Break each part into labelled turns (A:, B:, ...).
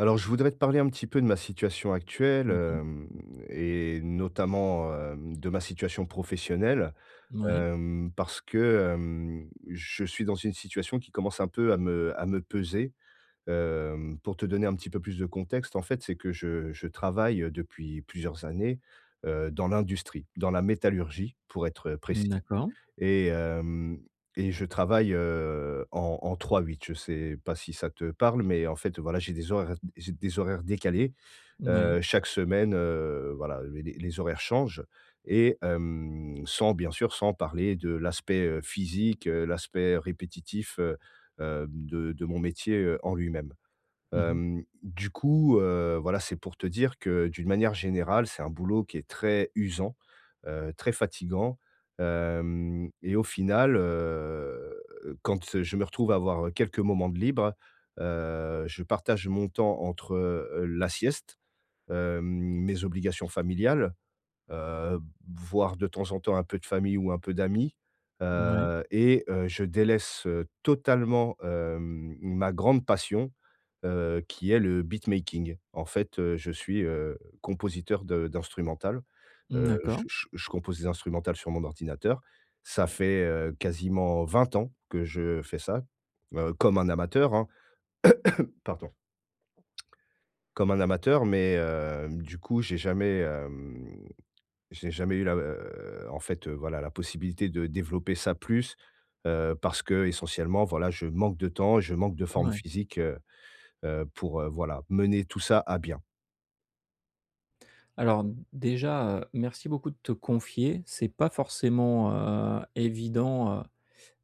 A: Alors, je voudrais te parler un petit peu de ma situation actuelle,
B: Mmh mh.
A: hem et notamment, de ma situation professionnelle,
B: Mouais.
A: parce que, je suis dans une situation qui commence un peu à me peser. Pour te donner un petit peu plus de contexte, en fait, c'est que je travaille, depuis plusieurs années, dans l'industrie, dans la métallurgie, pour être précis.
B: D'accord.
A: Et hem et je travaille, en 3-8. Je sais pas si ça te parle, mais en fait, voilà, j'ai des horaires décalés.
B: Mouais.
A: Chaque semaine, voilà, les horaires changent et sans bien sûr, sans parler de l'aspect, physique, l'aspect répétitif, de mon métier, en lui-même.
B: Mmh mh.
A: Du coup, voilà, c'est pour te dire que d'une manière générale, c'est un boulot qui est très usant, très fatigant, hem et au final, quand je me retrouve à avoir quelques moments de libre, je partage mon temps entre la sieste, hem, mes obligations familiales, heu, voir de temps en temps un peu de famille ou un peu d'amis,
B: Mouais.
A: et je délaisse, totalement, ma grande passion, qui est le beatmaking. En fait, je suis, compositeur de d'instrumentales, je
B: D'accord.
A: je je compose des instrumentales sur mon ordinateur. Ça fait, quasiment 20 ans que je fais ça, comme un amateur, hein. Pardon, comme un amateur, mais, du coup, j'ai jamais eu la, en fait, voilà, la possibilité de développer ça plus, parce que essentiellement voilà, je manque de temps, je manque de forme
B: Mouais.
A: physique, pour, voilà, mener tout ça à bien.
B: Alors déjà, merci beaucoup de te confier. C'est pas forcément, évident, heu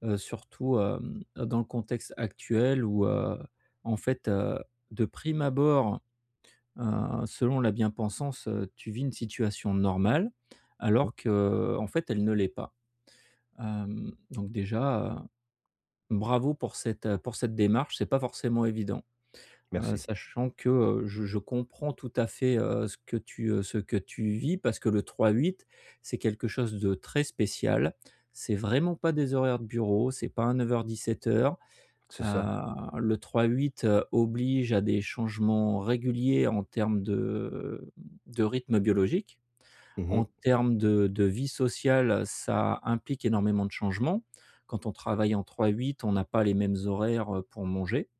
B: heu, surtout, dans le contexte actuel où, en fait, de prime abord, selon la bien-pensance, tu vis une situation normale,
A: Mmh,
B: alors qu'en fait, elle ne l'est pas. Donc déjà, bravo pour cette démarche, c'est pas forcément évident.
A: merci.
B: Sachant que, je comprends tout à fait, ce que tu vis parce que le 3-8, c'est quelque chose de très spécial. C'est vraiment pas des horaires de bureau, c'est pas un 9:00-17:00.
A: C'est ça.
B: Le 3-8, oblige à des changements réguliers en termes de rythme biologique.
A: Mmh.
B: En termes de vie sociale, ça implique énormément de changements. Quand on travaille en 3-8, on n'a pas les mêmes horaires, pour manger.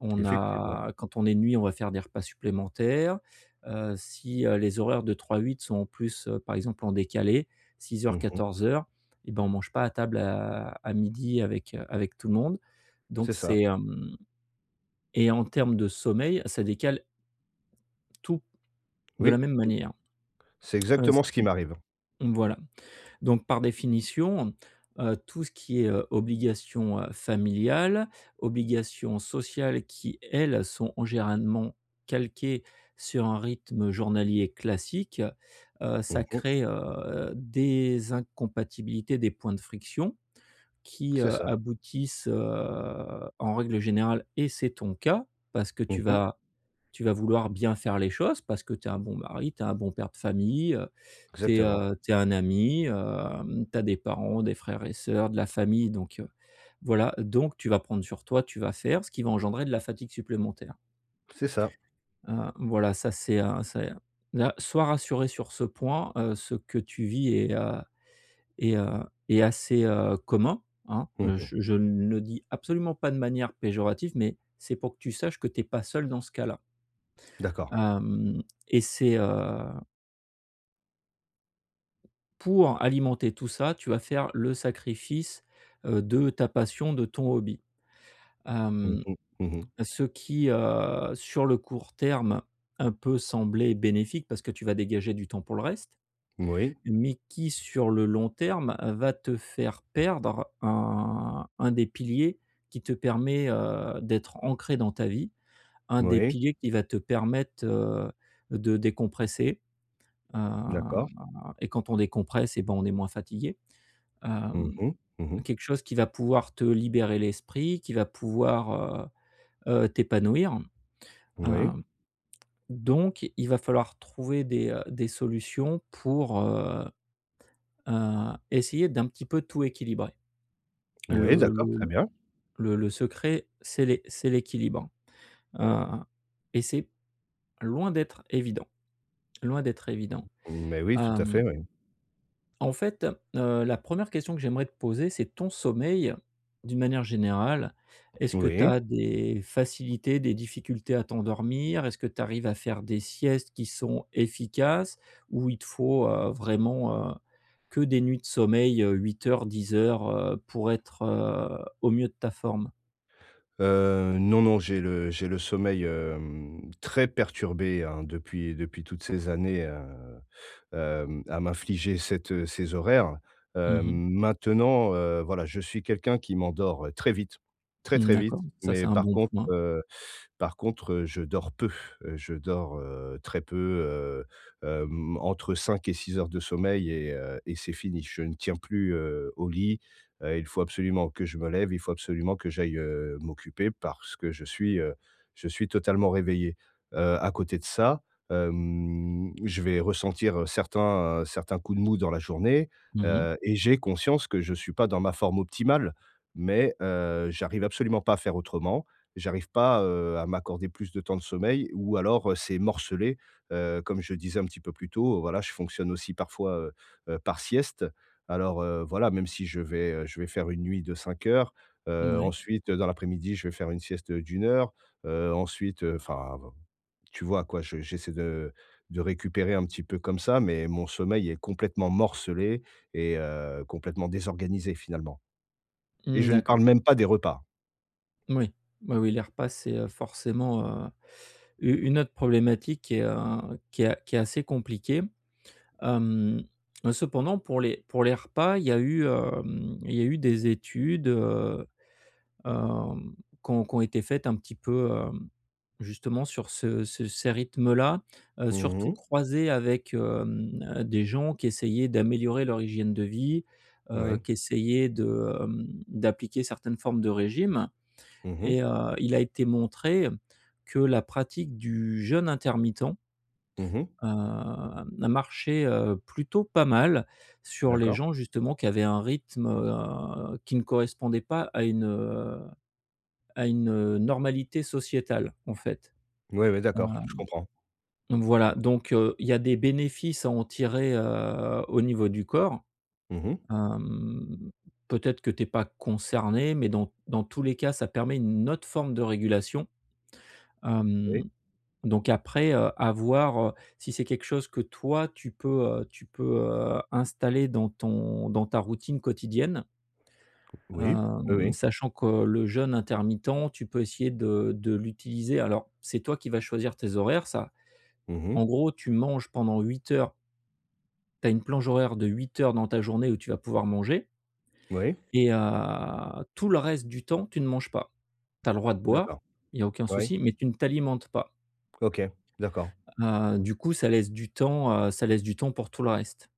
B: On
A: Effectivement.
B: a quand on est nuit, on va faire des repas supplémentaires. Si, les horaires de 3-8 sont en plus, par exemple en décalé, 6 heures,
A: Mmh.
B: 14 heures, et ben, on ne mange pas à table à midi avec, avec tout le monde. Donc
A: C'est ça.
B: c'est, hem Et en termes de sommeil, ça décale tout de la
A: Oui,
B: même manière.
A: c'est
B: Ce
A: exactement ce qui
B: qui
A: m'arrive.
B: Voilà. Donc, par définition, tout ce qui est, obligations, familiales, obligations sociales qui, elles, sont en généralement calquées sur un rythme journalier classique, ça
A: Mmh.
B: crée, des incompatibilités, des points de friction qui,
A: C'est ça.
B: aboutissent, en règle générale et c'est ton cas parce que tu
A: Mmh.
B: vas tu vas vouloir bien faire les choses, parce que tu es un bon mari, tu es un bon père de famille, T'es,
A: Exactement.
B: un ami, tu des parents, des frères et sœurs, de la famille, donc voilà, donc tu vas prendre sur toi, tu vas faire, ce qui va engendrer de la fatigue supplémentaire.
A: C'est ça.
B: Voilà, ça c'est un c'est là, sois rassuré sur ce point, ce que tu vis est, heu est assez, commun, hein.
A: Mmh.
B: Je ne le dis absolument pas de manière péjorative, mais c'est pour que tu saches que tu es pas seul dans ce cas-là.
A: D'accord.
B: Hem et c'est, heu Pour alimenter tout ça, tu vas faire le sacrifice, de ta passion, de ton hobby.
A: Mmh
B: Hem,
A: mh. Mmh.
B: Ce qui, sur le court terme, un peu semblait bénéfique parce que tu vas dégager du temps pour le reste,
A: Oui,
B: mais qui sur le long terme va te faire perdre un des piliers qui te permet, d'être ancré dans ta vie, un des
A: oui,
B: piliers qui va te permettre, de décompresser, heu
A: d'accord.
B: et quand on décompresse et ben, on est moins fatigué.
A: Mmh
B: Hem
A: mh. Mmh.
B: Quelque chose qui va pouvoir te libérer l'esprit, qui va pouvoir, t'épanouir.
A: Oui,
B: Hem, donc il va falloir trouver des solutions pour, essayer d'un petit peu tout équilibrer.
A: oui,
B: Le
A: d'accord, très
B: le
A: bien.
B: le secret, c'est l'é c'est l'équilibre, heu et c'est loin d'être évident, loin d'être évident.
A: Mais oui, tout à
B: Hem
A: fait, oui.
B: En fait, la première question que j'aimerais te poser, c'est ton sommeil, d'une manière générale. Est-ce que tu
A: Oui.
B: as des facilités, des difficultés à t'endormir? Est-ce que tu arrives à faire des siestes qui sont efficaces? Ou il te faut, vraiment, que des nuits de sommeil, 8 heures, 10 heures, pour être, au mieux de ta forme?
A: Non, non, j'ai le sommeil, très perturbé, hein, depuis toutes ces années, à m'infliger cette, ces horaires.
B: Mmh.
A: Maintenant, voilà, je suis quelqu'un qui m'endort, très vite, très,
B: Mmh,
A: très vite,
B: d'accord, ça
A: mais
B: c'est un
A: par
B: bon
A: contre,
B: point.
A: euh, par contre, je dors peu, je dors, très peu, entre 5 et 6 heures de sommeil et c'est fini. Je ne tiens plus, au lit, il faut absolument que je me lève, il faut absolument que j'aille, m'occuper parce que je suis totalement réveillé. À côté de ça, je vais ressentir certains coups de mou dans la journée,
B: Mmh mh.
A: et j'ai conscience que je ne suis pas dans ma forme optimale, mais j'arrive absolument pas à faire autrement. J'arrive pas, à m'accorder plus de temps de sommeil, ou alors, c'est morcelé. Comme je disais un petit peu plus tôt, voilà, je fonctionne aussi parfois, par sieste. Alors, voilà, même si je vais, faire une nuit de 5 heures,
B: Ouais.
A: ensuite, dans l'après-midi, je vais faire une sieste d'1 heure, ensuite, enfin, tu vois quoi? Je j'essaie de récupérer un petit peu comme ça, mais mon sommeil est complètement morcelé et, complètement désorganisé finalement, et
B: Mmh,
A: je ne parle
B: d'accord.
A: même pas des repas.
B: Moui. Oui, oui, les repas, c'est, forcément, u une autre problématique qui est assez compliquée. Hem, Cependant, pour les repas, il y a eu des études, hem, qui ont été faites un petit peu, justement sur ce ce ces rythmes-là, surtout
A: Mmh.
B: croisés avec, des gens qui essayaient d'améliorer leur hygiène de vie,
A: Oui.
B: qui essayaient d'appliquer certaines formes de régime.
A: Mmh mh.
B: Il a été montré que la pratique du jeûne intermittent,
A: Mmh.
B: a marché, plutôt pas mal sur les
A: D'accord.
B: gens justement qui avaient un rythme, qui ne correspondait pas à une, normalité sociétale, en fait.
A: Oui, oui, d'accord, je comprends.
B: Donc voilà, donc il y a des bénéfices à en tirer, au niveau du corps.
A: Mmh mh.
B: Hem, Peut-être que tu es pas concerné, mais dans tous les cas, ça permet une autre forme de régulation.
A: Oui,
B: Hem Donc après, à voir, si c'est quelque chose que toi tu peux, installer dans ta routine quotidienne,
A: oui, oui, oui.
B: sachant que le jeûne intermittent, tu peux essayer de l'utiliser. Alors, c'est toi qui vas choisir tes horaires, ça.
A: Mmh mh.
B: En gros, tu manges pendant 8 heures, tu as une planche horaire de 8 heures dans ta journée où tu vas pouvoir manger
A: Oui,
B: et tout le reste du temps, tu ne manges pas. Tu as le droit de
A: d'accord.
B: boire, il y a aucun
A: Ouais,
B: souci, mais tu ne t'alimentes pas.
A: OK, d'accord.
B: Du coup, ça laisse du temps pour tout le reste.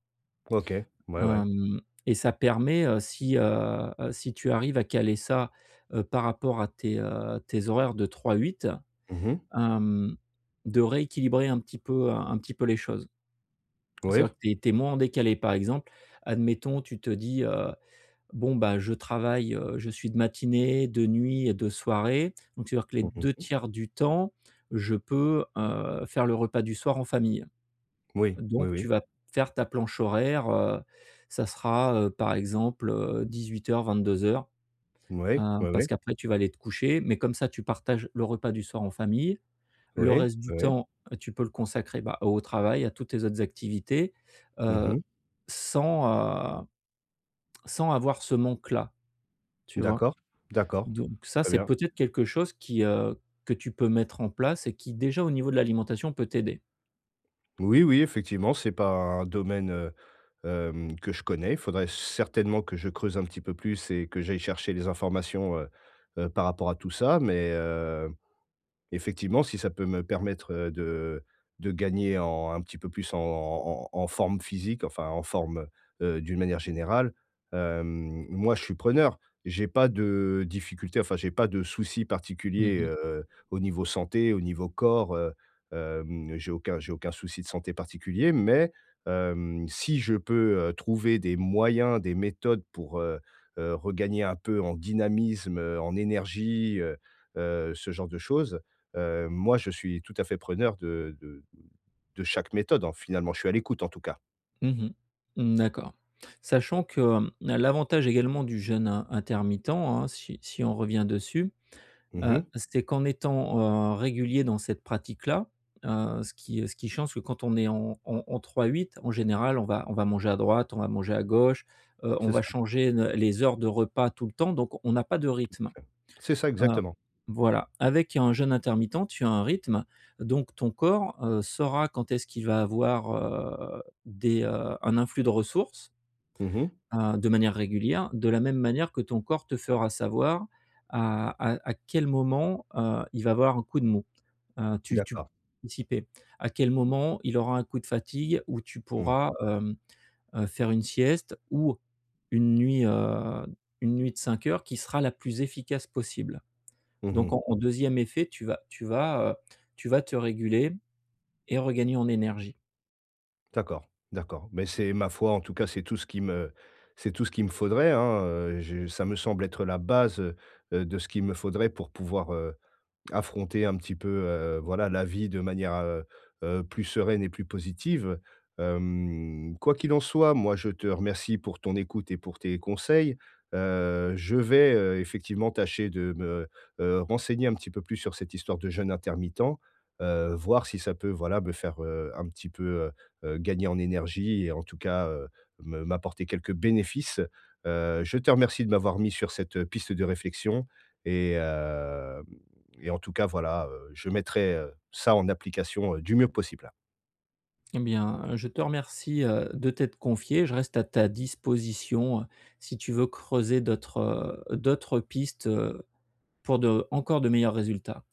A: OK, ouais, ouais.
B: Hem Et ça permet, si tu arrives à caler ça, par rapport à tes horaires de trois huit,
A: Mmh mh.
B: hem, de rééquilibrer un petit peu les choses.
A: Oui,
B: C'est-à-dire que tu es moins en décalé. Par exemple, admettons, tu te dis: «Bon, bah, je travaille, je suis de matinée, de nuit et de soirée». Donc c'est-à-dire que les
A: mmh
B: 2
A: mh.
B: tiers du temps, je peux, faire le repas du soir en famille.
A: Oui, oui,
B: Donc
A: oui.
B: tu vas faire ta planche horaire, ça sera, par exemple, 18:00-22:00,
A: Oui,
B: heu,
A: oui, oui.
B: parce qu'après tu vas aller te coucher, mais comme ça tu partages le repas du soir en famille. Le
A: Oui,
B: reste du
A: oui, oui.
B: temps, tu peux le consacrer, bah, au travail, à toutes tes autres activités,
A: Mmh
B: heu,
A: mh.
B: sans, heu, sans avoir ce manque-là, tu vois?
A: D'accord, d'accord.
B: Donc ça,
A: Très
B: c'est
A: bien.
B: peut-être quelque chose que tu peux mettre en place et qui déjà au niveau de l'alimentation peut t'aider.
A: Oui, oui, effectivement, c'est pas un domaine, que je connais. Il faudrait certainement que je creuse un petit peu plus et que j'aille chercher les informations, par rapport à tout ça, mais effectivement, si ça peut me permettre, de gagner en un petit peu plus en en forme physique, enfin en forme, d'une manière générale, moi je suis preneur. J'ai pas de difficulté, enfin j'ai pas de soucis particuliers,
B: Mmh.
A: au niveau santé, au niveau corps, j'ai aucun souci de santé particulier. Mais, si je peux, trouver des moyens, des méthodes pour, regagner un peu en dynamisme, en énergie, ce genre de choses, moi, je suis tout à fait preneur de chaque méthode, en finalement. Je suis à l'écoute, en tout cas.
B: Mmh mh. Mmh, d'accord. Sachant que, l'avantage également du jeûne in intermittent, hein, si on revient dessus,
A: Mmh.
B: c'est qu'en étant, régulier dans cette pratique-là, ce qui change, que quand on est en 3-8, en général, on va manger à droite, on va manger à gauche, on
A: C'est
B: va
A: ça,
B: changer ne les heures de repas tout le temps, donc on n'a pas de rythme.
A: c'est ça,
B: Heu,
A: exactement.
B: voilà. Avec un jeûne intermittent, tu as un rythme, donc ton corps, saura quand est-ce qu'il va avoir, un influx de ressources,
A: Mmh.
B: de manière régulière, de la même manière que ton corps te fera savoir à quel moment, il va avoir un coup de mou. Tu peux
A: D'accord.
B: anticiper. À quel moment il aura un coup de fatigue où tu
A: Mmh.
B: pourras, faire une sieste ou une nuit, heu, une nuit de 5 heures qui sera la plus efficace possible. Donc
A: Mmh.
B: en 2 effet, tu vas te réguler et regagner en énergie.
A: D'accord, d'accord. Mais, c'est ma foi, en tout cas, c'est tout ce qu'il me faudrait, hein, je ça me semble être la base, de ce qu'il me faudrait pour pouvoir, affronter un petit peu, voilà, la vie de manière, plus sereine et plus positive. Quoi qu'il en soit, moi, je te remercie pour ton écoute et pour tes conseils. Je vais, effectivement tâcher de me, renseigner un petit peu plus sur cette histoire de jeûne intermittent, voir si ça peut, voilà, me faire, un petit peu, heu gagner en énergie et, en tout cas, me m'apporter quelques bénéfices. Je te remercie de m'avoir mis sur cette piste de réflexion, et heu et en tout cas, voilà, je mettrai, ça en application, du mieux possible.
B: Eh bien, je te remercie, de t'être confié. Je reste à ta disposition, si tu veux creuser d'autres pistes, pour de meilleurs résultats.